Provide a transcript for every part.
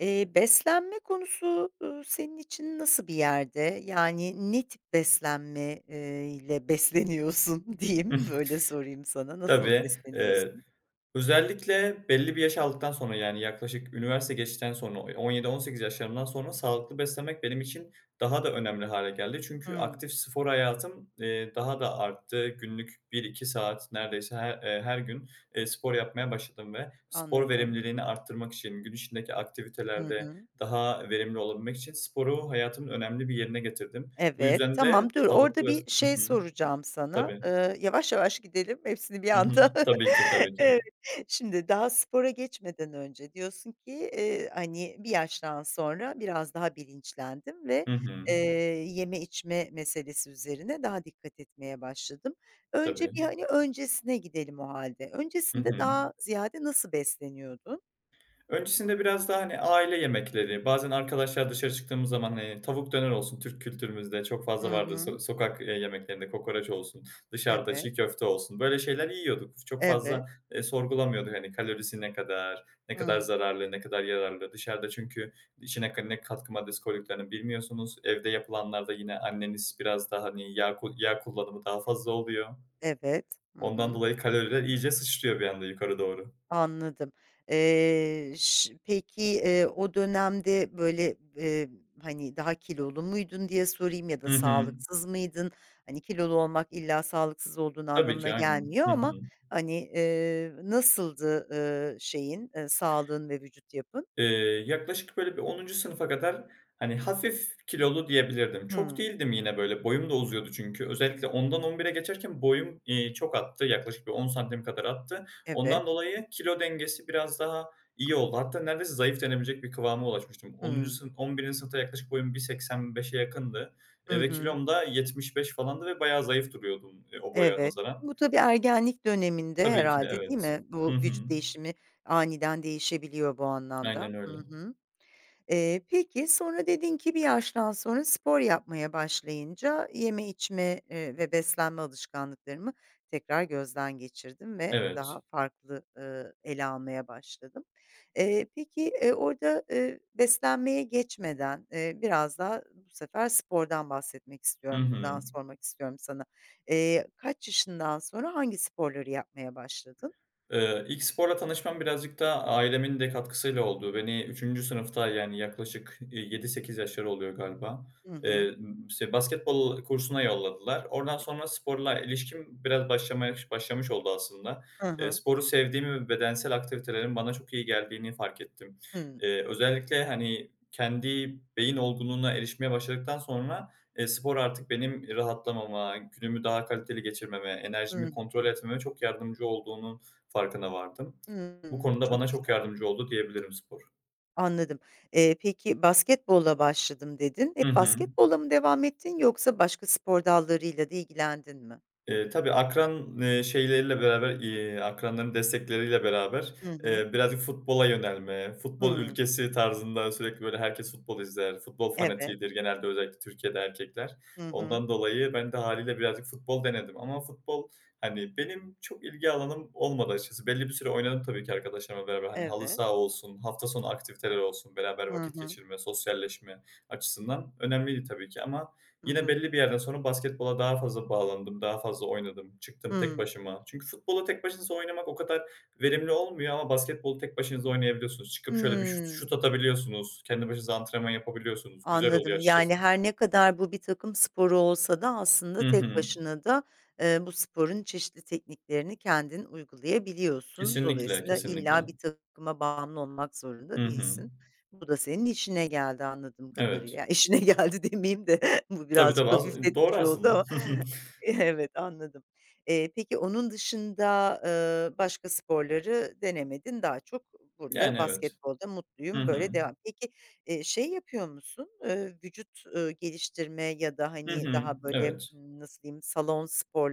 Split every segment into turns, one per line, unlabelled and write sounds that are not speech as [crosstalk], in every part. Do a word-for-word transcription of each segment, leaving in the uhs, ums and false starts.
Eee, beslenme konusu, ııı, senin için nasıl bir yerde? Yani ne tip beslenme, eee, ile [laughs] besleniyorsun diyeyim, böyle
[laughs]
sorayım sana. Nasıl
Tabii. Eee,
besleniyorsun?
özellikle belli bir yaş aldıktan sonra, yani, yaklaşık üniversite geçtikten sonra, o on yedi on sekiz yaşlarımdan sonra sağlıklı beslenmek benim için daha da önemli hale geldi. Çünkü
Hımm,
aktif spor hayatım, eee, daha da arttı. Günlük bir iki saat neredeyse her, eee, her gün, eee, spor yapmaya başladım ve spor
anladım.
verimliliğini arttırmak için, gün içindeki
Hı
aktivitelerde
hı.
daha verimli olabilmek için sporu hayatımın önemli bir yerine getirdim. Bu
Evet,
yüzden
tamam,
de
dur
sağlıklı
orada
bes
bir
Hı
şey
hı.
soracağım sana.
Tabii.
Eee, yavaş yavaş gidelim hepsini bir
Hı hı.
anda.
Tabii ki,
[laughs]
tabii ki.
Evet, şimdi daha spora geçmeden önce diyorsun ki, eee, hani, bir yaştan sonra biraz daha bilinçlendim ve,
Hı
eee,
hı.
yeme içme meselesi üzerine daha dikkat etmeye başladım. Önce
Tabii.
bir, hani, öncesine gidelim o halde.
Hı
Öncesinde
hı.
daha ziyade nasıl besleniyordun?
Öncesinde biraz daha, hani, aile yemekleri, bazen arkadaşlar dışarı çıktığımız zaman, hani, tavuk döner olsun, Türk kültürümüzde çok fazla
Hı
vardır. So
hı.
sokak, eee, yemeklerinde kokoreç olsun, dışarıda
Evet,
çiğ köfte olsun, böyle şeyler yiyorduk. Çok
evet.
fazla, eee, sorgulamıyorduk, hani, kalorisi ne kadar, ne kadar
Hıı.
zararlı, ne kadar yararlı. Dışarıda çünkü içine ka ne katkı maddesi koyduklarını bilmiyorsunuz. Evde yapılanlarda yine anneniz biraz daha, hani, yağ ku yağ kullanımı daha fazla oluyor.
Evet. Hı
Ondan
hı.
dolayı kaloriler iyice sıçrıyor bir anda yukarı doğru.
Anladım. Eee, ş peki, eee, o dönemde, böyle, eee, hani, daha kilolu muydun diye sorayım ya da
Hı hı.
sağlıksız mıydın? Hani, kilolu olmak illa sağlıksız olduğun
Tabii
anlamına
ki, aynen.
gelmiyor
Hı hı.
ama, hani, eee, nasıldı, eee, şeyin, eee, sağlığın ve vücut yapın?
Eee, yaklaşık böyle bir onuncu sınıfa kadar, hani, hafif kilolu diyebilirdim. Çok
Hımm,
değildim yine böyle, boyum da uzuyordu çünkü. Özellikle ondan on bire geçerken boyum, iii, çok attı. Yaklaşık bir on santim kadar attı.
evet.
Ondan dolayı kilo dengesi biraz daha iyi oldu. Hatta neredeyse zayıf denebilecek bir kıvama ulaşmıştım. Onuncu
Hımm.
sınıf on birinci sınıfta yaklaşık boyum bir seksen beşe yakındı,
Hı
eee, ve
hı.
kilom da yetmiş beş falandı ve bayağı zayıf duruyordum, eee, o boya
Evet.
nazaran.
Bu tabii ergenlik döneminde
Tabii ki,
herhalde değil
evet.
mi?
Hı
Bu
hı.
vücut değişimi aniden değişebiliyor bu anlamda.
Aynen
Hı
öyle.
hı. Eee, peki, sonra dedin ki bir yaştan sonra spor yapmaya başlayınca yeme, içme, eee, ve beslenme alışkanlıklarımı tekrar gözden geçirdim ve
Evet.
daha farklı, ııı, ele almaya başladım. Eee, peki, eee, orada, eee, beslenmeye geçmeden, eee, biraz daha bu sefer spordan bahsetmek
Hı
istiyorum. Buradan
hı.
sormak istiyorum sana. Eee, kaç yaşından sonra hangi sporları yapmaya başladın?
Eee, ilk sporla tanışmam birazcık da ailemin de katkısıyla oldu. Beni üçüncü sınıfta, yani yaklaşık, eee, yedi sekiz yaşları oluyor galiba.
Hı hı.
Eee, işte, basketbol kursuna yolladılar. Oradan sonra sporla ilişkim biraz başlamaya başlamış oldu aslında.
Hı
Eee,
hı.
sporu sevdiğimi ve bedensel aktivitelerin bana çok iyi geldiğini fark ettim.
Hımm.
Eee, özellikle, hani, kendi beyin olgunluğuna erişmeye başladıktan sonra, eee, spor artık benim rahatlamama, günümü daha kaliteli geçirmeme, enerjimi
Hı
kontrol
hı.
etmeme çok yardımcı olduğunu farkına vardım. Bu konuda
Çok
bana çok
güzel.
yardımcı oldu diyebilirim spor.
Anladım. Eee, peki basketbolla başladım dedin.
Hı
Hep
hı.
basketbolla mı devam ettin yoksa başka spor dallarıyla da ilgilendin mi?
Eee, tabii akran, eee, şeyleriyle beraber, iii, akranların destekleriyle beraber,
Hı hı.
eee, birazcık futbola yönelme, futbol
Hıı.
ülkesi tarzında sürekli böyle herkes futbol izler, futbol
Evet.
fanatiğidir genelde özellikle Türkiye'de erkekler.
Hı hı.
Ondan dolayı ben de hâliyle birazcık futbol denedim ama futbol, hani, benim çok ilgi alanım olmadı açıkçası. Belli bir süre oynadım tabii ki arkadaşlarımla beraber. Hani, halı
Evet.
saha olsun, hafta sonu aktiviteleri olsun, beraber
Hı
vakit
hı.
geçirme, sosyalleşme açısından önemliydi tabii ki ama
Hı
yine
hı.
belli bir yerden sonra basketbola daha fazla bağlandım, daha fazla oynadım. Çıktım tek
Hıı.
başıma. Çünkü futbolu tek başınıza oynamak o kadar verimli olmuyor ama basketbolu tek başınıza oynayabiliyorsunuz. Çıkıp şöyle bir şut
Hıı.
şut atabiliyorsunuz. Kendi başınıza antrenman yapabiliyorsunuz. Güzel oluyor
Anladım. Yani,
açıkçası.
her ne kadar bu bir takım sporu olsa da aslında
Hı
tek
hı.
başına da, eee, bu sporun çeşitli tekniklerini kendin uygulayabiliyorsun.
Kesinlikle,
Dolayısıyla illa
kesinlikle.
bir takıma bağımlı olmak zorunda
Hı hı.
değilsin. Bu da senin işine geldi anladığım kadarıyla.
Evet.
Ya, işine [laughs] geldi demeyeyim de [laughs] bu
Tabii,
birazcık
tabii. As doğru
hafifletmiş oldu
aslında. [laughs]
ama evet, anladım. Eee, peki onun dışında, eee, başka sporları denemedin. Daha çok burada
Yani evet.
basketbolda
Hı
mutluyum,
hı.
böyle devam. Peki, eee, şey yapıyor musun? Eee, vücut, eee, geliştirme ya da,
Hı
hani,
hı.
daha böyle,
Evet.
ımm, nasıl diyeyim, salon spor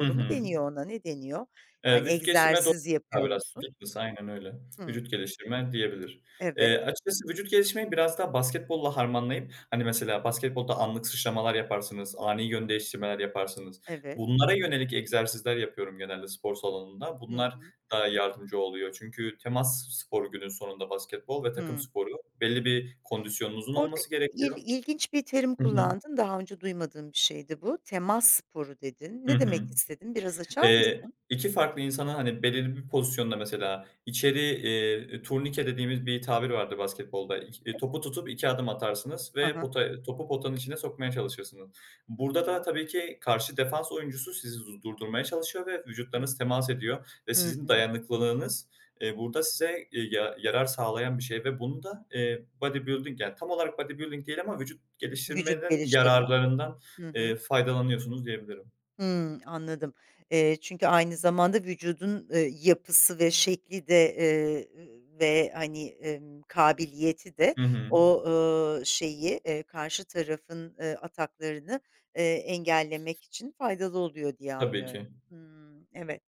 Hı
mu
hı.
deniyor ona, ne deniyor?
Eee,
Yani
vücut geliştirmeye doğru
egzersiz
hitap
yapıyor
biraz
musun?
fitness aynen öyle. Vücut
Hımm.
geliştirme diyebilir. Eee,
Evet,
açıkçası vücut geliştirmeyi biraz daha basketbolla harmanlayıp, hani, mesela basketbolda anlık sıçramalar yaparsınız, ani yön değiştirmeler yaparsınız.
evet.
Bunlara yönelik egzersizler yapıyorum genelde spor salonunda.
Hı
Bunlar
hı.
daha yardımcı oluyor. Çünkü temas sporu günün sonunda basketbol ve takım
Hıı.
sporu. Belli bir kondisyonunuzun
Orada
olması
il
gerekiyor.
ilginç bir terim
Hı hı.
kullandın. Daha önce duymadığım bir şeydi bu. "Temas sporu" dedin.
Hı
Ne demek
hı.
istedin? Biraz açar
Eee,
mısın?
iki farklı insana, hani, belirli bir pozisyonda mesela içeri, eee, turnike dediğimiz bir tabir vardır basketbolda. İk
Evet.
topu tutup iki adım atarsınız
Hı
ve
hı.
pota topu potanın içine sokmaya çalışırsınız. Burada da
Tamam.
tabii ki karşı defans oyuncusu sizi du durdurmaya çalışıyor ve
Hı.
vücutlarınız temas ediyor ve
Hı
sizin
hı.
dayanıklılığınız, eee, burada size, eee, ya yarar sağlayan bir şey ve bunu da, eee, bodybuilding, yani, tam olarak bodybuilding değil ama vücut
Vücut
geliştirmenin
geliştirme.
yararlarından,
Hı
eee,
hı.
faydalanıyorsunuz diyebilirim.
Hımm, anladım. Eee, çünkü aynı zamanda vücudun, eee, yapısı ve şekli de, eee, ve, hani, emm, kabiliyeti de
Hı hı.
o, ııı, şeyi, eee, karşı tarafın, eee, ataklarını, eee, engellemek için faydalı oluyor diye
Tabii
anlıyorum.
ki.
Hımm, evet.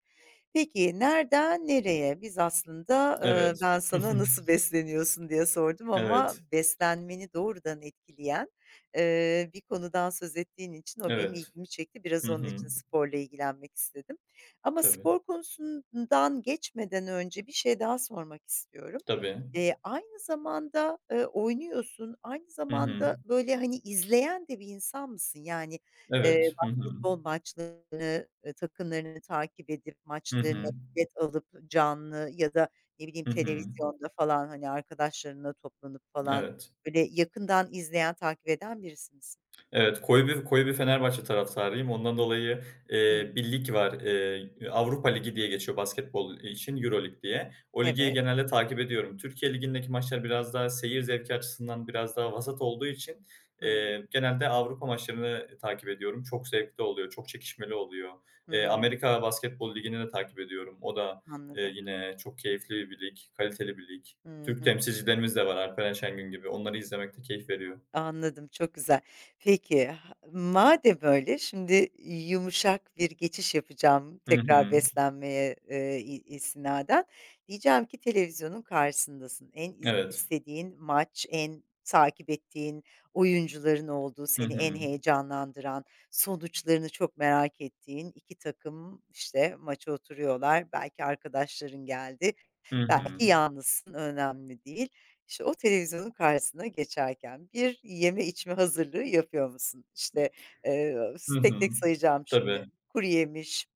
Peki, nereden nereye? Biz aslında,
Evet.
eee, ben
[laughs] Hı
sana
hı.
nasıl besleniyorsun diye sordum ama
Evet,
beslenmeni doğrudan etkileyen, eee, bir konudan söz ettiğin için o benim
evet.
ilgimi çekti.
Hı
Biraz onun
hı.
için sporla ilgilenmek istedim. Ama
Tabii,
spor konusundan geçmeden önce bir şey daha sormak istiyorum.
tabii.
Eee, aynı zamanda, eee, oynuyorsun, aynı
Hı hı.
zamanda, böyle, hani, izleyen de bir insan mısın? Yani,
Evet. Hı hı.
beyzbol maçlarını, eee, takımlarını takip edip
Hı
maçlarına
hı.
bilet alıp canlı ya da ne bileyim
Hı hı.
televizyonda falan, hani, arkadaşlarına toplanıp falan,
Evet.
böyle, yakından izleyen, takip eden birisi misin?
Evet, koyu bir koyu bir Fenerbahçe taraftarıyım. Ondan dolayı,
Hımm.
eee, bir lig var, eee, Avrupa Ligi diye geçiyor basketbol için, Euroleague diye. O ligi
Evet.
genelde takip ediyorum. Türkiye Ligi'ndeki maçlar biraz daha seyir zevki açısından biraz daha vasat olduğu için,
Hımm.
eee, genelde Avrupa maçlarını takip ediyorum. Çok zevkli oluyor, çok çekişmeli oluyor. Eee,
Hımm.
Amerika Basketbol Ligi'ni de takip ediyorum. O da, eee,
Anladım.
yine çok keyifli bir lig, kaliteli bir lig.
Hı
Türk
hı.
temsilcilerimiz de var, Alperen Şengün gibi. Onları izlemek de keyif veriyor.
Anladım, çok güzel. Peki, ha madem öyle, şimdi yumuşak bir geçiş yapacağım
Hı
tekrar
hı.
beslenmeye, eee, i istinaden. Diyeceğim ki televizyonun karşısındasın. En is
Evet.
istediğin maç, en takip ettiğin oyuncuların olduğu,
Hı
seni en
hı.
heyecanlandıran, sonuçlarını çok merak ettiğin iki takım, işte, maça oturuyorlar. Belki arkadaşların geldi,
Hı hı.
belki yalnızsın, önemli değil. İşte, o televizyonun karşısına geçerken bir yeme içme hazırlığı yapıyor musun? İşte, eee, s
Hı hı.
tek tek sayacağım
Tabii.
şimdi. Kuruyemiş,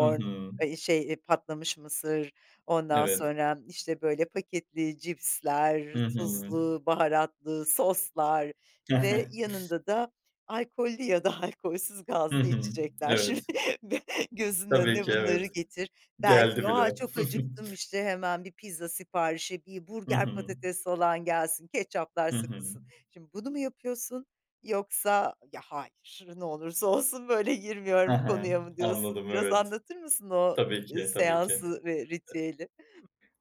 Hı hı.
eee, şey, eee, patlamış mısır, ondan
Evet.
sonra, işte, böyle, paketli cipsler,
Hı hı.
tuzlu, baharatlı soslar ve
[laughs]
yanında da alkollü ya da [laughs] alkolsüz
Hı
gazlı
hı.
içecekler.
Evet.
Şimdi [laughs] be gözünün
Tabii
önüne
ki,
bunları
evet.
getir.
Geldi
Belki, "A,
bile.
çok acıktım,
[laughs]
işte, hemen bir pizza siparişi, bir
Hı
burger
hı.
patates falan gelsin, ketçaplar
Hı hı.
sıkılsın." Şimdi bunu mu yapıyorsun yoksa "Ya, hayır, ne olursa olsun böyle girmiyorum
Hı
konuya." mı diyorsun?
Anladım,
Biraz
evet.
anlatır mısın o,
Tabii
ııı,
ki, tabii ki.
seansı ve ritüeli?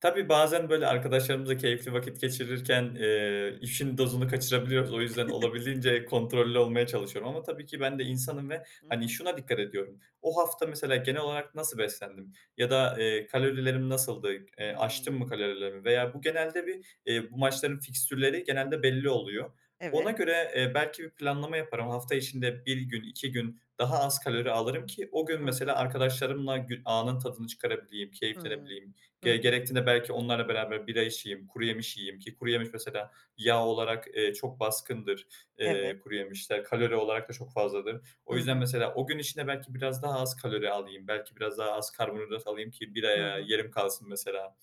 Tabii, bazen böyle arkadaşlarımızla keyifli vakit geçirirken, eee, işin dozunu kaçırabiliyoruz. O yüzden olabildiğince kontrollü olmaya çalışıyorum ama tabii ki ben de insanım ve,
Hı
hani,
hı.
şuna dikkat ediyorum. O hafta mesela genel olarak nasıl beslendim ya da, eee, kalorilerim nasıldı, eee, aştım
Hımm.
mı kalorilerimi veya bu genelde bir, eee, bu maçların fikstürleri genelde belli oluyor. Ona
Evet.
göre, eee, belki bir planlama yaparım. Hafta içinde bir gün, iki gün daha az kalori alırım ki o gün
Hı
mesela
hı.
arkadaşlarımla gü anın tadını çıkarabileyim,
Hıı.
keyiflenebileyim. Ge
Hı hı.
gerektiğinde belki onlarla beraber bira içeyim, kuru yemiş yiyeyim ki kuru yemiş mesela yağ olarak, eee, çok baskındır,
Evet.
eee, kuru yemişler. Kalori olarak da çok fazladır. O
Hı
yüzden
hı.
mesela o gün içinde belki biraz daha az kalori alayım, belki biraz daha az karbonhidrat alayım ki
Hı
biraya
hı.
yerim kalsın mesela.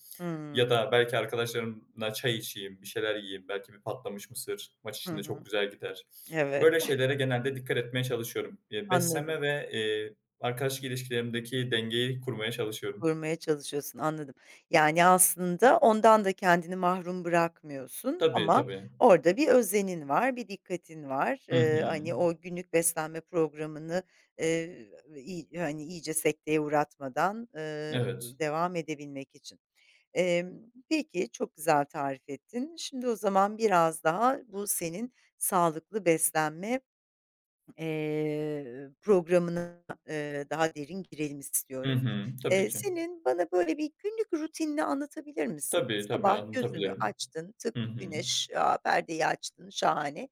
Ya
Hıı.
da belki arkadaşlarımla çay içeyim, bir şeyler yiyeyim, belki bir patlamış mısır maç
Hı
içinde çok
hı.
güzel gider.
Evet.
Böyle şeylere genelde dikkat etmeye çalışıyorum. Eee,
Anladım.
beslenme ve, eee, arkadaşlık ilişkilerimdeki dengeyi kurmaya çalışıyorum.
Kurmaya çalışıyorsun, anladım. Yani, aslında ondan da kendini mahrum bırakmıyorsun
Tabii,
ama
tabii.
orada bir özenin var, bir dikkatin var.
Hı
Eee,
hı.
hani, o günlük beslenme programını, eee, iy hani, iyice sekteye uğratmadan, eee,
Evet.
devam edebilmek için. Emm, peki, çok güzel tarif ettin. Şimdi o zaman biraz daha bu senin sağlıklı beslenme Eee, programına, eee, daha derin girelim
Hı
istiyorum.
hı. Tabii
Eee,
ki.
senin bana böyle bir günlük rutinini anlatabilir misin?
Tabii, tabii
Sabah gözünü
anlatabilirim.
açtın, tık
Hı hı.
güneş, a, perdeyi açtın, şahane.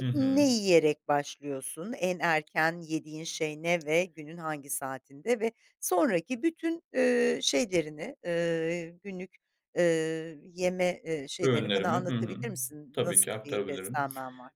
Hı
ne
hı.
yiyerek başlıyorsun? En erken yediğin şey ne ve günün hangi saatinde ve sonraki bütün, eee, şeylerini, eee, günlük, eee, yeme, eee, şeylerini bana
Öğünlerimi Hı hı.
anlatabilir misin?
Tabii ki
Nasıl bir
aktarabilirim.
beslenmen var?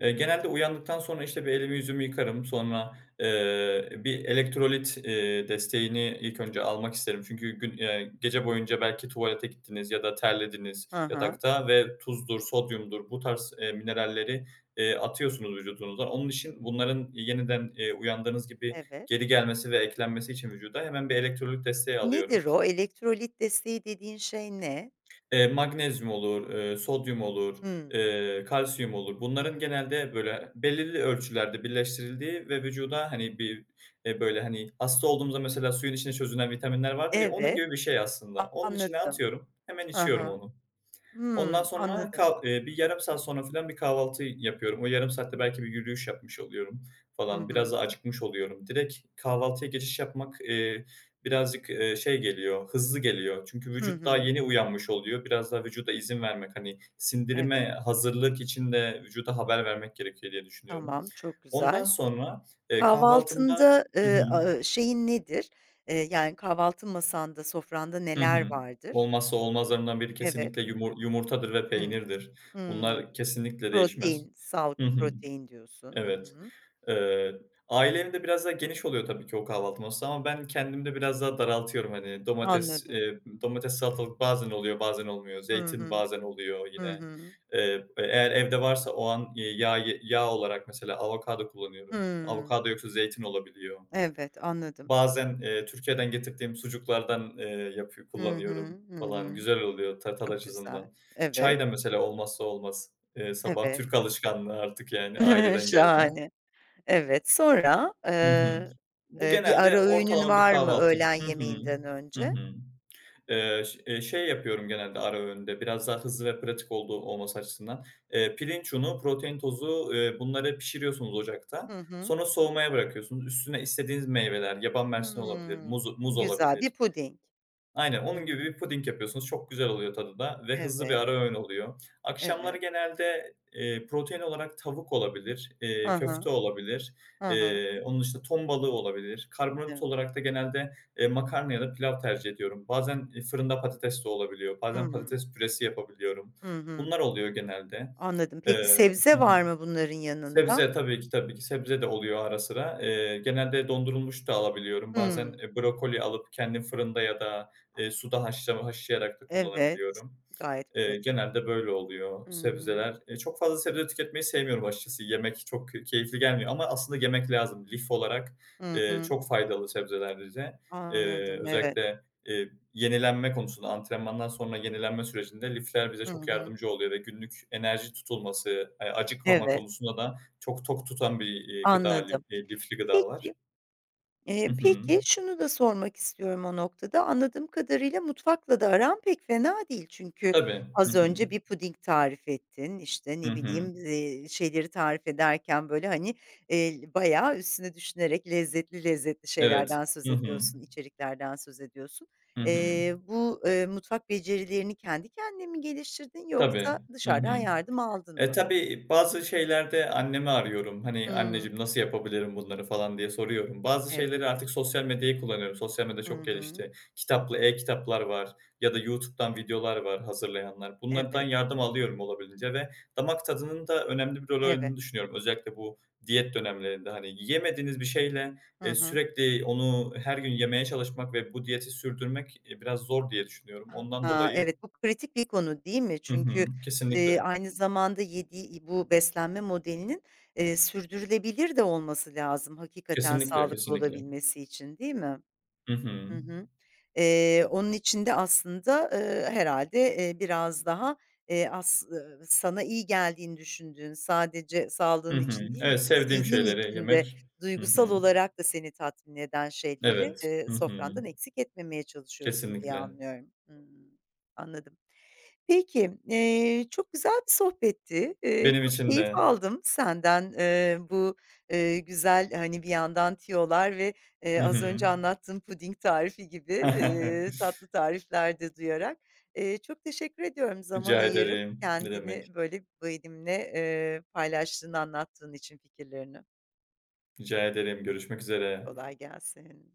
Eee, genelde uyandıktan sonra, işte, bir elimi yüzümü yıkarım. Sonra, eee, bir elektrolit, eee, desteğini ilk önce almak isterim. Çünkü gün eee, gece boyunca belki tuvalete gittiniz ya da terlediniz
Hı hı.
yatakta ve tuzdur, sodyumdur bu tarz, eee, mineralleri, eee, atıyorsunuz vücudunuzdan. Onun için bunların yeniden, eee, uyandığınız gibi
Evet.
geri gelmesi ve eklenmesi için vücuda hemen bir elektrolit desteği alıyorum.
Nedir o? Elektrolit desteği dediğin şey ne?
Eee, magnezyum olur, eee, sodyum olur,
Hımm.
eee, kalsiyum olur. Bunların
Hımm.
genelde, böyle, belirli ölçülerde birleştirildiği ve vücuda, hani, bir, eee, böyle, hani, hasta olduğumuzda mesela suyun içinde çözünen vitaminler vardır ya, onun
Evet,
gibi bir şey aslında. Onun içine
anladım.
atıyorum, hemen
Hı
içiyorum
hı.
onu. Ondan
Hımm,
sonra
anladım.
kal eee, bir yarım saat sonra filan bir kahvaltı yapıyorum. O yarım
Hı
saatte
hı.
belki bir yürüyüş yapmış oluyorum falan. Biraz
Hı.
da acıkmış oluyorum. Direkt kahvaltıya geçiş yapmak, eee, birazcık, eee, şey geliyor, hızlı geliyor. Çünkü
Hı
vücut daha
hı.
yeni uyanmış oluyor. Biraz daha vücuda izin vermek, hani,
Evet,
sindirime hazırlık için de vücuda haber vermek gerekiyor diye düşünüyorum.
tamam, çok
Ondan
güzel.
sonra, eee, kahvaltımda
Kahvaltında,
Hı hı.
eee, aaa, şeyin nedir? Eee, yani kahvaltı masanda, sofranda
Hı
neler
hı.
vardır?
Olmazsa olmazlarından biri
Evet.
kesinlikle yumur yumurtadır ve
Hı.
peynirdir.
Hımm.
Bunlar kesinlikle değişmez.
Protein,
Hı
sağlıklı
hı.
protein diyorsun.
Evet.
Hı hı.
Eee, ailemde biraz daha geniş oluyor tabii ki o kahvaltı masası ama ben kendimde biraz daha daraltıyorum. Hani, domates,
Anladım.
eee, domates, salatalık bazen oluyor, bazen olmuyor.
Hı
Zeytin
hı.
bazen oluyor
Hı
yine.
hı.
Eee, eğer evde varsa o an, eee, yağ ye yağ olarak mesela avokado kullanıyorum.
Hımm.
Avokado yoksa zeytin olabiliyor.
Evet, anladım.
Bazen, eee, Türkiye'den getirdiğim sucuklardan, eee, yapıyor
Hı
kullanıyorum
hı. Hı
falan.
hı.
Güzel oluyor ta
Çok güzel.
açısından.
Evet,
Çay da mesela olmazsa olmaz. Eee, sabah
evet.
Türk alışkanlığı artık yani
[laughs]
aileden gelme.
Şahane. Evet, sonra,
Hı hı.
eee,
Bu
eee, bir
genelde
ara öğünün
ortalama bir
var mı
kahvaltı.
öğlen
Hı hı.
yemeğinden
Hı
önce?
hı. Eee, ş eee, şey yapıyorum genelde ara öğünde biraz daha hızlı ve pratik olduğu olması açısından. Eee, pirinç unu, protein tozu, eee, bunları pişiriyorsunuz ocakta.
Hı hı.
Sonra soğumaya bırakıyorsunuz. Üstüne istediğiniz meyveler, yaban mersini olabilir,
Hımm.
muz muz
Güzel,
olabilir.
bir puding.
Aynen,
Hı
onun gibi
hı.
bir puding yapıyorsunuz. Çok güzel oluyor tadı da ve hızlı bir
Evet,
ara öğün oluyor. Akşamları
evet.
genelde, eee, protein olarak tavuk olabilir,
Hı
eee,
hı.
köfte olabilir,
Hı hı.
eee, onun dışında ton balığı olabilir. Karbonhidrat
Evet.
olarak da genelde, eee, makarna ya da pilav tercih ediyorum. Bazen, eee, fırında patates de olabiliyor, bazen
Hımm.
patates püresi yapabiliyorum.
Hı hı. Hı.
Bunlar oluyor genelde.
Anladım. Peki
Eee
sebze
Hı
var mı bunların yanında?
Sebze tabii ki, tabii ki. Sebze de oluyor ara sıra. Eee, genelde dondurulmuş da alabiliyorum. Bazen,
Hımm.
eee, brokoli alıp kendim fırında ya da, eee, suda haşlama haşlayarak da
Evet,
kullanabiliyorum.
gayet
Eee,
pratik.
genelde böyle oluyor
Hımm.
sebzeler. Eee, çok fazla sebze tüketmeyi sevmiyorum açıkçası. Yemek çok k keyifli gelmiyor ama aslında yemek lazım. Lif olarak,
Hı
eee,
hı.
çok faydalı sebzeler bize. Eee,
Anladım, evet.
özellikle, eee, yenilenme konusunda antrenmandan sonra yenilenme sürecinde lifler bize
Hı
çok
hı.
yardımcı oluyor ve günlük enerji tutulması, eee, acıkmama
Evet,
konusunda da çok tok tutan bir, iii, gıda lif
anladım.
eee, lifli gıdalar.
Peki
Hı
Eee,
hı.
peki, şunu da sormak istiyorum o noktada. Anladığım kadarıyla mutfakla da aran pek fena değil. Çünkü
Tabii. Hı
az
hı.
önce bir puding tarif ettin, işte,
Hı
ne
hı.
bileyim, eee, şeyleri tarif ederken, böyle, hani, eee, bayağı üstüne düşünerek lezzetli lezzetli
Evet.
şeylerden söz
Hı hı.
ediyorsun, içeriklerden söz ediyorsun.
Hı hı.
Eee, bu, eee, mutfak becerilerini kendi kendine mi geliştirdin
Tabii.
yoksa
Hı
dışarıdan
hı.
yardım aldın
E,
mı?
tabii bazı şeylerde annemi arıyorum. Hani,
Hımm.
"Anneciğim, nasıl yapabilirim bunları?" falan diye soruyorum. Bazı
Evet.
şeyleri artık sosyal medyayı kullanıyorum. Sosyal medya
Hı
çok
hı.
gelişti. Kitaplı e-kitaplar var ya da YouTube'dan videolar var hazırlayanlar. Bunlardan
Evet,
yardım alıyorum olabildiğince ve damak tadının da önemli bir rol
evet.
oynadığını düşünüyorum. Özellikle bu diyet dönemlerinde, hani, yemediğiniz bir şeyle,
Hı
eee,
hı.
sürekli onu her gün yemeye çalışmak ve bu diyeti sürdürmek, eee, biraz zor diye düşünüyorum. Ondan
A,
dolayı
evet, bu kritik bir konu değil mi?
Hı
Çünkü,
hı.
eee,
Kesinlikle.
aynı zamanda yediği bu beslenme modelinin, eee, sürdürülebilir de olması lazım hakikaten
Kesinlikle,
sağlıklı
kesinlikle.
olabilmesi için, değil mi?
Hı hı.
Hı hı. Eee, onun için de aslında, eee, herhâlde, eee, biraz daha, eee, as ııı, sana iyi geldiğini düşündüğün, sadece sağlığın
Hı hı.
için değil,
Evet, sevdiğim
zihnin
şeyleri
için de
yemek. Hı
duygusal
hı.
olarak da seni tatmin eden şeyleri,
Evet.
eee,
Hı hı.
sofrandan eksik etmemeye çalışıyorsun diye
Kesinlikle.
anlıyorum. Hımm, anladım. Peki, eee, çok güzel bir sohbetti. Eee,
Benim
çok
için
keyif
de.
aldım senden, eee, bu, eee, güzel, hani, bir yandan tiyolar ve, eee,
Hı
az
hı.
önce anlattığın puding tarifi gibi, eee,
[laughs]
tatlı tarifler de duyarak. Eee, çok teşekkür ediyorum zaman
Rica
ayırıp
ederim. Ne
kendini
demek.
böyle benimle, eee, paylaştığını anlattığın için fikirlerini.
Rica ederim. Görüşmek üzere.
Kolay gelsin.